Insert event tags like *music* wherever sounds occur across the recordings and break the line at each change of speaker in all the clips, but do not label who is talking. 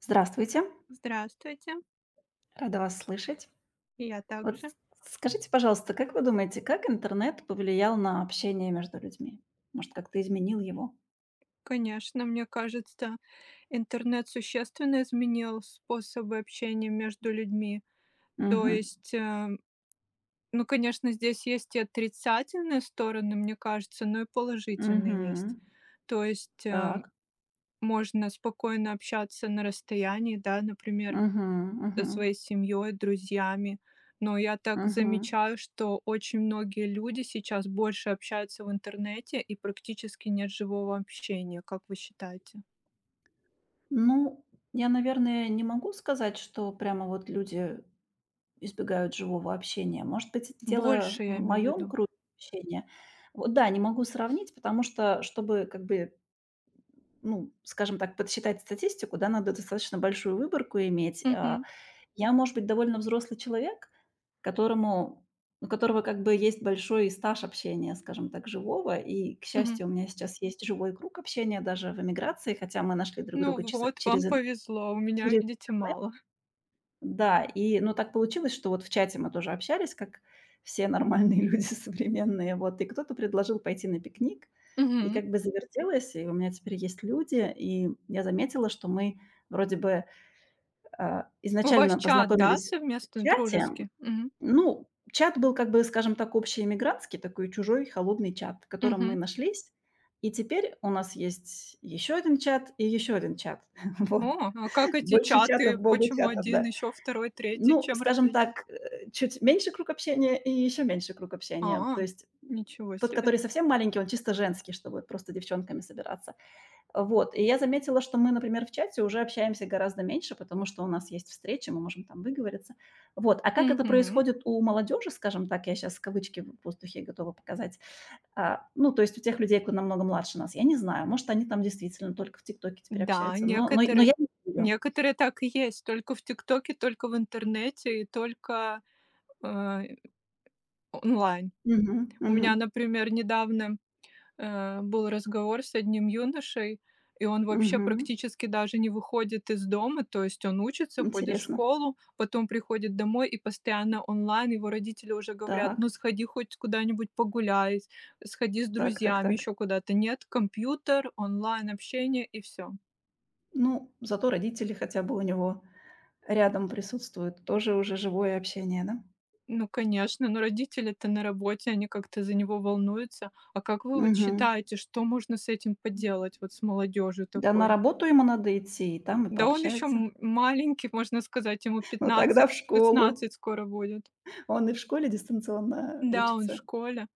Здравствуйте,
Здравствуйте,
рада вас слышать.
я
Вот,
также.
скажите, пожалуйста, как вы думаете, как интернет повлиял на общение между людьми? Может, как-то изменил его?
Конечно, мне кажется, интернет существенно изменил способы общения между людьми. То
Мгм.
есть, ну, конечно, здесь есть и отрицательные стороны, мне кажется, но и положительные есть.
Мгм.
То есть,
Так.
можно спокойно общаться на расстоянии, да, например,
Мгм. Мгм.
своей семьей, друзьями. Но я так
Мгм.
замечаю, что очень многие люди сейчас больше общаются в интернете и практически нет живого общения, как вы считаете?
Ну, я, наверное, не могу сказать, что прямо вот люди избегают живого общения. Может быть, это дело
Больше,
в
я имею в
моем
виду.
круге общения. Вот, да, не могу сравнить, потому что, чтобы как бы ну, скажем так, подсчитать статистику, да, надо достаточно большую выборку иметь.
Мгм.
Я, может быть, довольно взрослый человек, которому у которого как бы есть большой стаж общения, скажем так, живого. И, к
Мгм.
счастью, у меня сейчас есть живой круг общения даже в эмиграции, хотя мы нашли друг
Ну
друга чес-
вот, вам
через, ин-
повезло, у меня,
через
видите,
интернет.
мало.
Да, и, ну, так получилось, что вот в чате мы тоже общались, как все нормальные *laughs* люди современные, вот, и кто-то предложил пойти на пикник, и
Мгм.
как бы завертелось, и у меня теперь есть люди, и я заметила, что мы вроде бы,
У вас
изначально
чат, да,
познакомились в
совместный,
чате.
дружеский? Мгм.
Ну, чат был как бы, скажем так, общий иммигрантский такой чужой холодный чат, в котором мы
Мгм.
нашлись, и теперь у нас есть еще один чат и еще один чат. *laughs* Вот.
О, а как эти
Больше чатов,
чаты?
богу
Почему
чатов,
один,
да.
еще второй, третий?
Ну,
Чем
скажем
различие?
так, чуть меньше круг общения и еще меньше круг общения.
А,
То есть
ничего
тот,
себе.
который совсем маленький, он чисто женский, чтобы просто девчонками собираться. Вот. И я заметила, что мы, например, в чате уже общаемся гораздо меньше, потому что у нас есть встречи, мы можем там выговориться. Вот. А как это
Мгм.
происходит у молодежи, скажем так, я сейчас кавычки в воздухе готова показать. Ну, то есть у тех людей, кто намного младше нас, я не знаю. Может, они там действительно только в ТикТоке теперь
Да,
общаются. Но
некоторые
я не знаю.
некоторые так и есть. Только в "ТикТоке", только в интернете и только, э, онлайн.
Мгм,
У
мгм,
меня, например, недавно, был разговор с одним юношей, и он вообще
мгм.
практически даже не выходит из дома. То есть он учится, ходит в
Интересно.
школу, потом приходит домой и постоянно онлайн. Его родители уже говорят:
Так,
"Ну, сходи хоть куда-нибудь погуляй, сходи с
так, так,
друзьями
так.
еще куда-то". Нет, компьютер, онлайн-общение и все.
Ну, зато родители хотя бы у него рядом присутствуют. Тоже уже живое общение, да?
Ну, конечно, но родители-то на работе, они как-то за него волнуются. А как вы вот
Мгм.
считаете, что можно с этим поделать, вот с молодежью
Да, на
такой?
работу ему надо идти, и там и
Да он еще
пообщается.
маленький, можно сказать, ему
*laughs* Но тогда в школу.
15-16 скоро будет.
Он и в школе дистанционно
Да, он в
учится.
школе.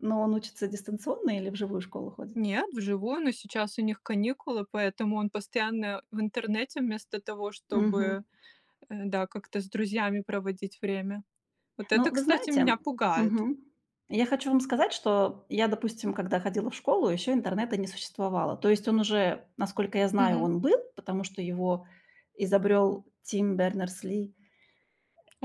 Но он учится дистанционно или в живую школу ходит?
Нет, вживую, но сейчас у них каникулы, поэтому он постоянно в интернете вместо того,
Мгм.
чтобы, да, как-то с друзьями проводить время. Вот
Ну,
это,
вы
кстати,
знаете.
меня пугает.
Мгм. Я хочу вам сказать, что я, допустим, когда ходила в школу, еще интернета не существовало. То есть он уже, насколько я знаю,
Мгм.
он был, потому что его изобрел Тим Бернерс-Ли.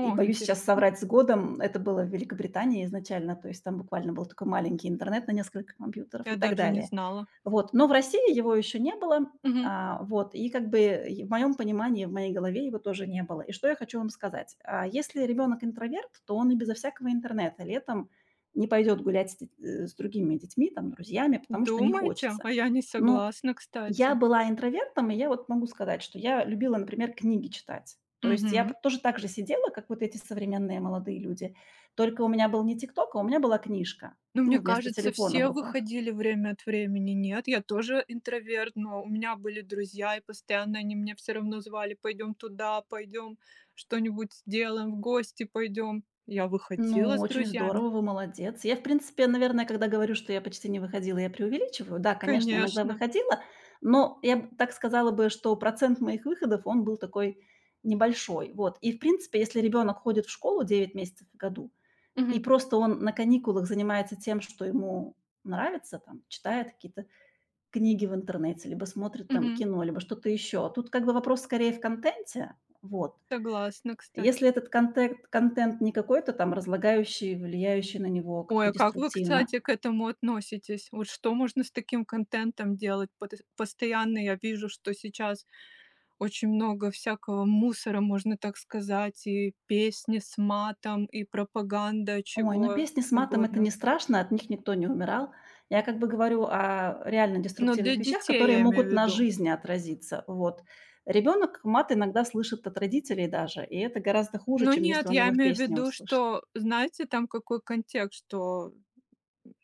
И боюсь сейчас
интересно,
соврать с годом. Это было в Великобритании изначально, то есть там буквально был такой маленький интернет на несколько компьютеров
я
и так
даже не
далее.
знала.
Вот, но в России его еще не было.
Мгм.
Вот, и как бы и в моем понимании, в моей голове его тоже не было. И что я хочу вам сказать. Если ребенок интроверт, то он и безо всякого интернета летом не пойдет гулять с другими детьми, там, друзьями, потому что не
Думаете?
хочется.
А я не
Ну,
согласна,
я
кстати.
была интровертом, и я вот могу сказать, что я любила, например, книги читать. То есть я
Мгм.
п- тоже так же сидела, как вот эти современные молодые люди. Только у меня был не ТикТок, а у меня была книжка.
Ну, мне
Ну, вместо
кажется,
телефона в
все
руках.
выходили время от времени. Нет, я тоже интроверт, но у меня были друзья, и постоянно они меня все равно звали: "Пойдем туда, пойдем что-нибудь сделаем, в гости пойдем". Я выходила
Ну,
с
очень
друзьями.
здорово, вы молодец. Я, в принципе, наверное, когда говорю, что я почти не выходила, я преувеличиваю. Да, конечно, иногда
Конечно.
выходила, но я б так сказала бы, что процент моих выходов, он был такой небольшой. Вот. И, в принципе, если ребенок ходит в школу 9 месяцев в году, и
Мгм,
просто он на каникулах занимается тем, что ему нравится, там, читает какие-то книги в интернете, либо смотрит там
мгм.
кино, либо что-то еще. Тут как бы вопрос скорее в контенте, вот.
Согласна, кстати.
Если этот контент не какой-то там разлагающий, влияющий на него
Ой,
как-то
а как вы,
деструктивно.
кстати, к этому относитесь? Вот что можно с таким контентом делать? Пот постоянно я вижу, что сейчас очень много всякого мусора, можно так сказать, и песни с матом, и пропаганда
Ой, ну
чего
песни с матом — это
угодно.
не страшно, от них никто не умирал. Я как бы говорю о реально
Но для
деструктивных вещах,
детей
которые
я имею в
могут на
виду.
жизни отразиться. Вот. Ребенок мат иногда слышит от родителей даже, и это гораздо хуже,
Ну
чем если
нет,
он
я
его в
имею в
песне
виду,
услышит.
что, знаете, там какой контекст, что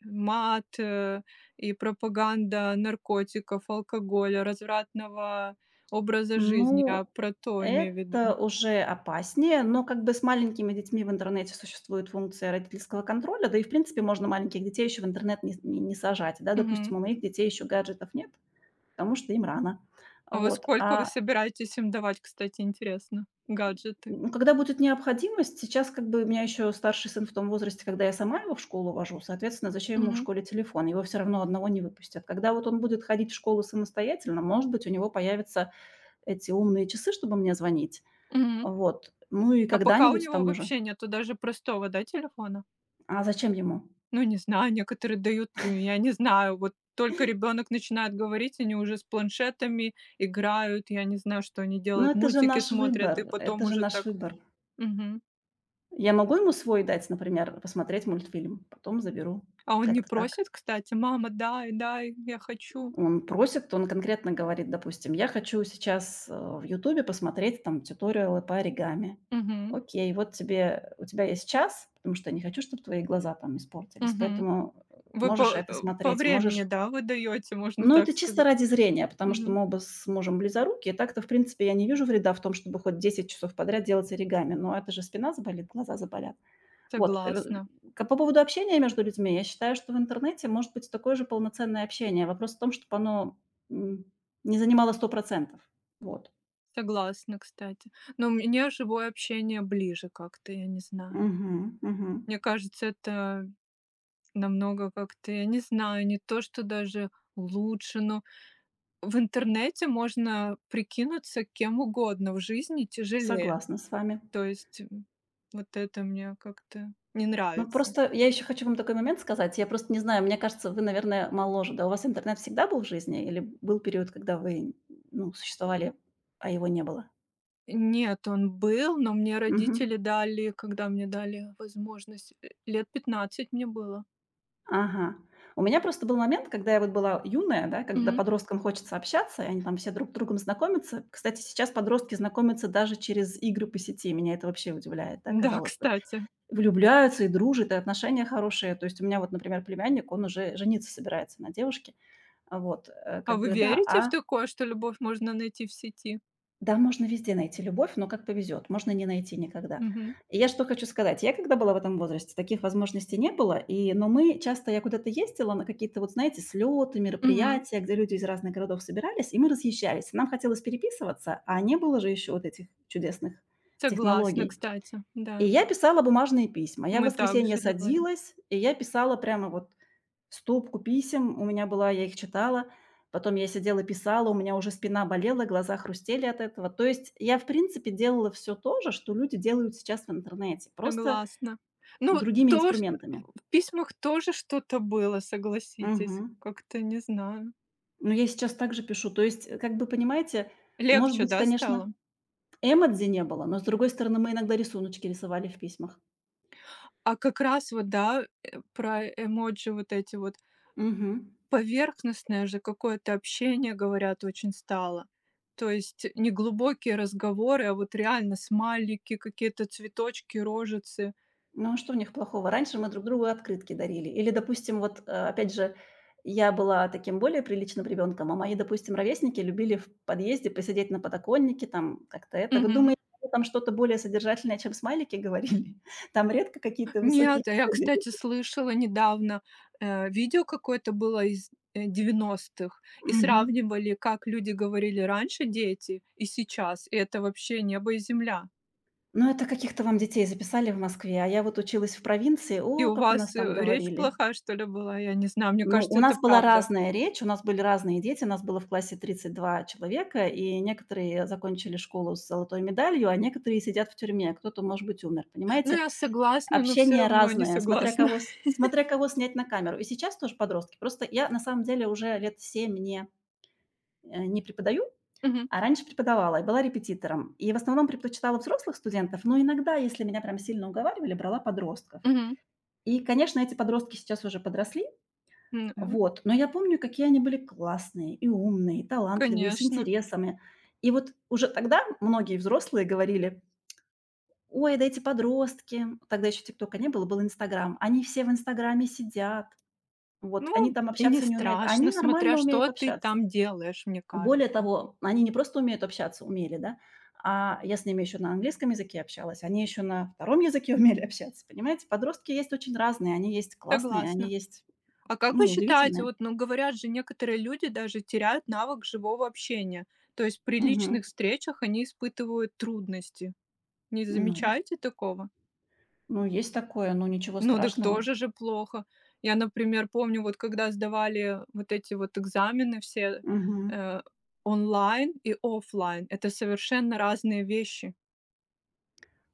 мат и пропаганда наркотиков, алкоголя, развратного образа жизни. Я
Ну,
про то имею в виду.
это уже опаснее, но как бы с маленькими детьми в интернете существует функция родительского контроля, да и в принципе можно маленьких детей еще в интернет не, не, не сажать, да,
Мгм.
допустим, у моих детей еще гаджетов нет, потому что им рано,
А во
вот,
сколько вы
а
собираетесь им давать, кстати, интересно, гаджеты?
ну, когда будет необходимость, сейчас как бы у меня еще старший сын в том возрасте, когда я сама его в школу вожу, соответственно, зачем ему в
Мгм.
школе телефон, его все равно одного не выпустят. Когда вот он будет ходить в школу самостоятельно, может быть, у него появятся эти умные часы, чтобы мне звонить.
Мгм.
Вот. Ну и
А пока у
когда-нибудь
него
там уже.
вообще нету даже простого, да, телефона?
А зачем ему?
Ну, не знаю, некоторые дают, я не знаю, вот только ребенок начинает говорить, они уже с планшетами играют, я не знаю, что они
Ну,
делают,
это же
мультики
наш
смотрят, и
выбор,
потом
это же
уже
наш
так.
выбор.
Мгм.
Я могу ему свой дать, например, посмотреть мультфильм, потом заберу.
А он не
Как-то так.
просит, кстати: "Мама, дай, дай, я хочу".
Он просит, он конкретно говорит, допустим, я хочу сейчас в "Ютубе" посмотреть там тьюториалы по оригами.
Мгм,
Окей, вот тебе, у тебя есть час, потому что я не хочу, чтобы твои глаза там испортились,
мгм.
поэтому,
Вы
можешь
по
это
по
смотреть,
времени,
можешь.
да, вы даёте, можно
Но
так
это чисто
сказать?
ради зрения, потому что
Мгм.
мы оба с мужем близоруки, и так-то, в принципе, я не вижу вреда в том, чтобы хоть 10 часов подряд делать оригами, но это же спина заболит, глаза заболят. Вот. Э,
Согласна,
к по поводу общения между людьми, я считаю, что в интернете может быть такое же полноценное общение. Вопрос в том, чтобы оно, м, не занимало 100%. Вот.
согласна, кстати. Но мне живое общение ближе как-то, я не знаю.
Мгм, мгм.
Мне кажется, это намного как-то, я не знаю, не то, что даже лучше, но в интернете можно прикинуться кем угодно, в жизни тяжелее.
Согласна с вами.
То есть м, вот это мне как-то не
Ну,
нравится.
просто я еще хочу вам такой момент сказать. Я просто не знаю, мне кажется, вы, наверное, моложе. Да, у вас интернет всегда был в жизни или был период, когда вы, ну, существовали, а его не было?
Нет, он был, но мне
Мгм.
родители дали, когда мне дали возможность, лет 15 мне было.
Ага. У меня просто был момент, когда я вот была юная, да, когда
Мгм.
подросткам хочется общаться, и они там все друг с другом знакомятся. Кстати, сейчас подростки знакомятся даже через игры по сети. Меня это вообще удивляет, да,
Да, *laughs*
казалось бы.
кстати.
Влюбляются и дружат, и отношения хорошие. То есть у меня вот, например, племянник, он уже жениться собирается на девушке. Вот,
А
как
вы
бы, да.
верите в
А,
такое, что любовь можно найти в сети?
да, можно везде найти любовь, но как повезет, можно не найти никогда.
Мгм.
И я что хочу сказать. Я когда была в этом возрасте, таких возможностей не было. И, но мы часто, я куда-то ездила на какие-то, вот знаете, слеты,
Мгм.
мероприятия, где люди из разных городов собирались, и мы разъезжались. Нам хотелось переписываться, а не было же еще вот этих чудесных
Согласна,
технологий.
кстати,
И
да.
я писала бумажные письма. Я в
Мы так
воскресенье
же делали.
садилась, и я писала прямо вот стопку писем у меня была, я их читала. Потом я сидела писала, у меня уже спина болела, глаза хрустели от этого. То есть я, в принципе, делала все то же, что люди делают сейчас в интернете, просто
Согласна. Ну, вот
другими
то, ш
инструментами.
в письмах тоже что-то было, согласитесь.
Мгм.
Как-то не знаю.
Но я сейчас также пишу. То есть, как бы, понимаете, может
Легче,
быть,
да,
конечно,
стало?
эмодзи не было, но, с другой стороны, мы иногда рисуночки рисовали в письмах.
А как раз вот, да, про эмоджи вот эти вот.
Мгм.
Поверхностное же какое-то общение, говорят, очень стало. То есть не глубокие разговоры, а вот реально смайлики, какие-то цветочки, рожицы.
Ну, а что в них плохого? Раньше мы друг другу открытки дарили. Или, допустим, вот, опять же, я была таким более приличным ребенком, а мои, допустим, ровесники любили в подъезде посидеть на подоконнике, там как-то это. Вы думаете, они там что-то более содержательное, чем смайлики говорили? *laughs* Там редко какие-то высокие
Нет, а я,
беседы.
кстати, слышала недавно, видео какое-то было из, 90-х и
Мгм.
сравнивали, как люди говорили раньше, дети, и сейчас. И это вообще небо и земля.
Ну, это каких-то вам детей записали в Москве, а я вот училась в провинции.
И
О,
у
как у
вас,
нас там
речь
говорили.
плохая, что ли, была? Я не знаю, мне
Ну,
кажется,
у
это
нас была
правда.
разная речь, у нас были разные дети, у нас было в классе 32 человека, и некоторые закончили школу с золотой медалью, а некоторые сидят в тюрьме, кто-то, может быть, умер,
Ну,
понимаете?
я согласна, но все
Общение
равно не
разное, смотря
согласна.
кого,
*laughs*
смотря кого снять на камеру. И сейчас тоже подростки. Просто я, на самом деле, уже лет 7 не преподаю,
Мгм,
а раньше преподавала и была репетитором. И в основном предпочитала взрослых студентов, но иногда, если меня прям сильно уговаривали, брала подростков.
мгм.
И, конечно, эти подростки сейчас уже подросли,
М, ага,
вот, но я помню, какие они были классные и умные, и талантливые, с
конечно.
интересами. И вот уже тогда многие взрослые говорили: "Ой, да эти подростки". Тогда еще "Тиктока" не было, был "Инстаграм". Они все в "Инстаграме" сидят, вот, они
Ну,
там
и не
общаться не умеют. А
страшно,
они
смотря
нормально умеют
что ты
общаться.
там делаешь, мне
Более
кажется.
того, они не просто умеют общаться, умели, да, а я с ними еще на английском языке общалась, они еще на втором языке *laughs* умели общаться, понимаете? Подростки есть очень разные, они есть классные, они
Согласна.
есть,
А как вы
ну,
считаете,
удивительные.
вот, ну, говорят же, некоторые люди даже теряют навык живого общения. То есть при
Мгм.
личных встречах они испытывают трудности. Не
Ну
замечаете такого?
Ну, есть такое, ну, ничего
Ну, так
страшного.
тоже же плохо. Я, например, помню, вот когда сдавали вот эти вот экзамены все
Мгм.
э, онлайн и оффлайн, это совершенно разные вещи.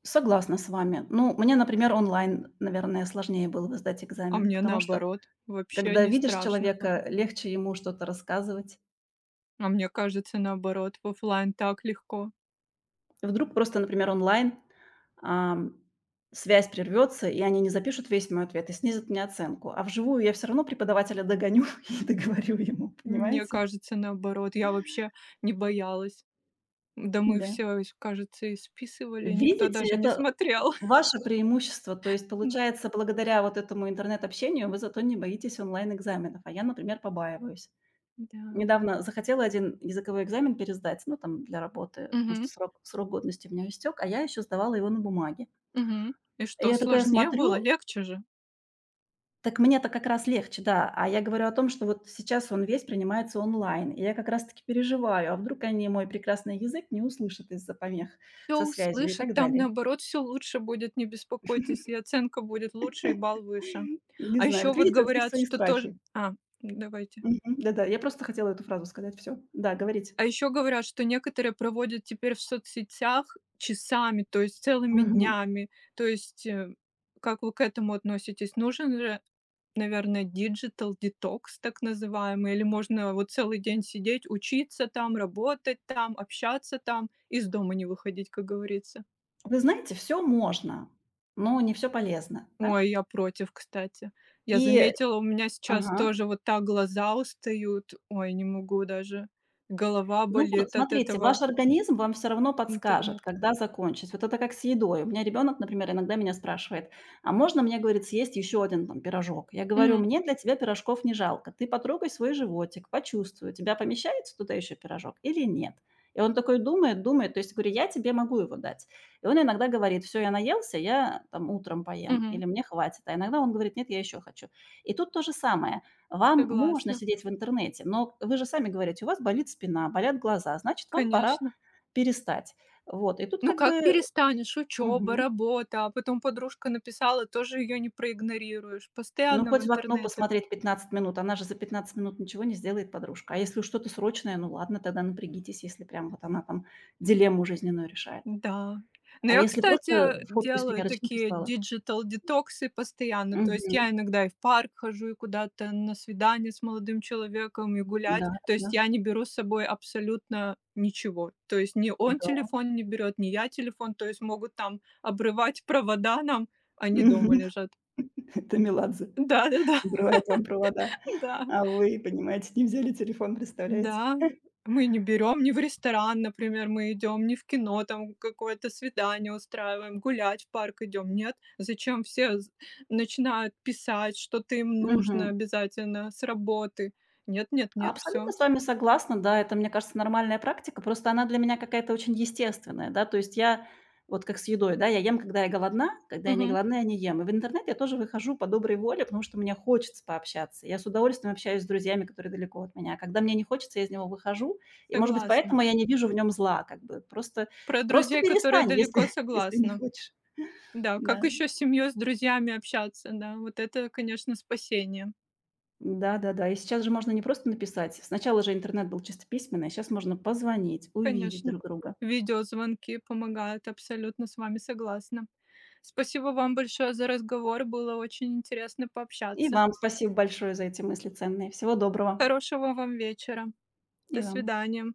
Согласна с вами. Ну, мне, например, онлайн, наверное, сложнее было бы сдать
А
экзамен,
мне
потому что,
наоборот, вообще
когда
не
видишь
страшно было.
человека, легче ему что-то рассказывать.
А мне кажется, наоборот, в оффлайн так легко.
Вдруг просто, например, онлайн, ам, связь прервется, и они не запишут весь мой ответ и снизят мне оценку. А вживую я все равно преподавателя догоню *laughs* и договорю ему,
Мне
понимаете?
кажется, наоборот, я вообще не боялась. Да мы
Да.
все, кажется, и списывали, никто
Видите,
даже не
это
смотрел. *laughs*
ваше преимущество. То есть,
Да,
получается, благодаря вот этому интернет-общению вы зато не боитесь онлайн-экзаменов, а я, например, побаиваюсь.
да.
Недавно захотела один языковой экзамен пересдать, ну, там, для работы, потому
Мгм,
что срок годности у меня истек, а я еще сдавала его на бумаге.
мгм. И
И
что,
я такая
сложнее было?
смотрю,
Легче же?
так мне-то как раз легче, да, а я говорю о том, что вот сейчас он весь принимается онлайн, и я как раз таки переживаю, а вдруг они мой прекрасный язык не услышат из-за помех
Все
со связью и
услышат,
так
там,
далее.
наоборот, все лучше будет, не беспокойтесь, и оценка будет лучше, и балл выше.
Не
А
знаю.
еще
Вот
вот
видите, у всех
говорят,
свои
что тоже
страхи.
А, давайте.
Мгм. Да-да, я просто хотела эту фразу сказать. Все. Да, говорите.
А еще говорят, что некоторые проводят теперь в соцсетях часами, то есть целыми
Мгм.
днями. То есть, как вы к этому относитесь? Нужен же, наверное, digital detox, так называемый, или можно вот целый день сидеть, учиться там, работать там, общаться там, из дома не выходить, как говорится?
Вы знаете, все можно, но не все полезно, да?
Ой, я против, кстати. Я
И
заметила, у меня сейчас
ага.
тоже вот так глаза устают. Ой, не могу даже. Голова
Ну вот,
болит от
смотрите,
этого
ваш организм вам все равно подскажет,
интернета.
когда закончить. Вот это как с едой. У меня ребенок, например, иногда меня спрашивает: "А можно мне, говорит, съесть еще один там пирожок?" Я говорю:
Мгм.
"Мне для тебя пирожков не жалко. Ты потрогай свой животик, почувствуй, у тебя помещается туда еще пирожок или нет?" И он такой думает, думает. То есть говорю: "Я тебе могу его дать". И он иногда говорит: "Все, я наелся, я там утром поем"
Мгм.
или "Мне хватит". А иногда он говорит: "Нет, я еще хочу". И тут то же самое. Вам можно
Согласна,
сидеть в интернете, но вы же сами говорите, у вас болит спина, болят глаза, значит, вам пора
конечно.
перестать. Вот, и тут
Ну
как
как
бы.
перестанешь? Учеба,
Мгм.
работа, а потом подружка написала, тоже ее не проигнорируешь.
Ну,
Постоянно в
хоть в окно
интернете.
посмотреть 15 минут, она же за 15 минут ничего не сделает, подружка. А если уж что-то срочное, ну ладно, тогда напрягитесь, если прям вот она там дилемму жизненную решает.
Да. Но
А
я,
если
кстати,
просто фотку из
делаю
примерочной
такие
прислала?
диджитал-детоксы постоянно. То есть я
Мгм.
иногда и в парк хожу, и куда-то на свидание с молодым человеком, и гулять.
Да,
То
да,
есть я не беру с собой абсолютно ничего. То есть ни он
да.
телефон не берет, ни я телефон. То есть могут там обрывать провода нам,
Мгм.
они дома
*laughs*
лежат.
Это Меладзе
Да-да-да.
обрывает вам провода,
Да,
а вы, понимаете, не взяли телефон, представляете?
да. Мы не берем не в ресторан, например, мы идем, не в кино, там какое-то свидание устраиваем, гулять в парк идем. Нет, зачем все начинают писать, что-то им нужно
Мгм.
обязательно с работы. Нет, нет, нет,
Абсолютно
все.
с вами согласна, да, это, мне кажется, нормальная практика, просто она для меня какая-то очень естественная, да, то есть я вот как с едой, да, я ем, когда я голодна, когда я не
Мгм.
голодна, я не ем. И в интернет я тоже выхожу по доброй воле, потому что мне хочется пообщаться. Я с удовольствием общаюсь с друзьями, которые далеко от меня. А когда мне не хочется, я из него выхожу, и, может быть,
Согласна.
поэтому я не вижу в нем зла, как бы. Просто,
Про
просто
друзей, которые
перестань,
далеко,
если, *laughs* если не
согласна.
хочешь.
Да, как
Да.
еще с семьей, с друзьями общаться, да, вот это, конечно, спасение.
Да, да, да. И сейчас же можно не просто написать. Сначала же интернет был чисто письменный, а сейчас можно позвонить, увидеть
Конечно.
друг друга.
Видеозвонки помогают, абсолютно с вами согласна. Спасибо вам большое за разговор, было очень интересно
И
пообщаться.
вам спасибо большое за эти мысли ценные. Всего доброго.
Хорошего вам вечера. До
И вам.
свидания.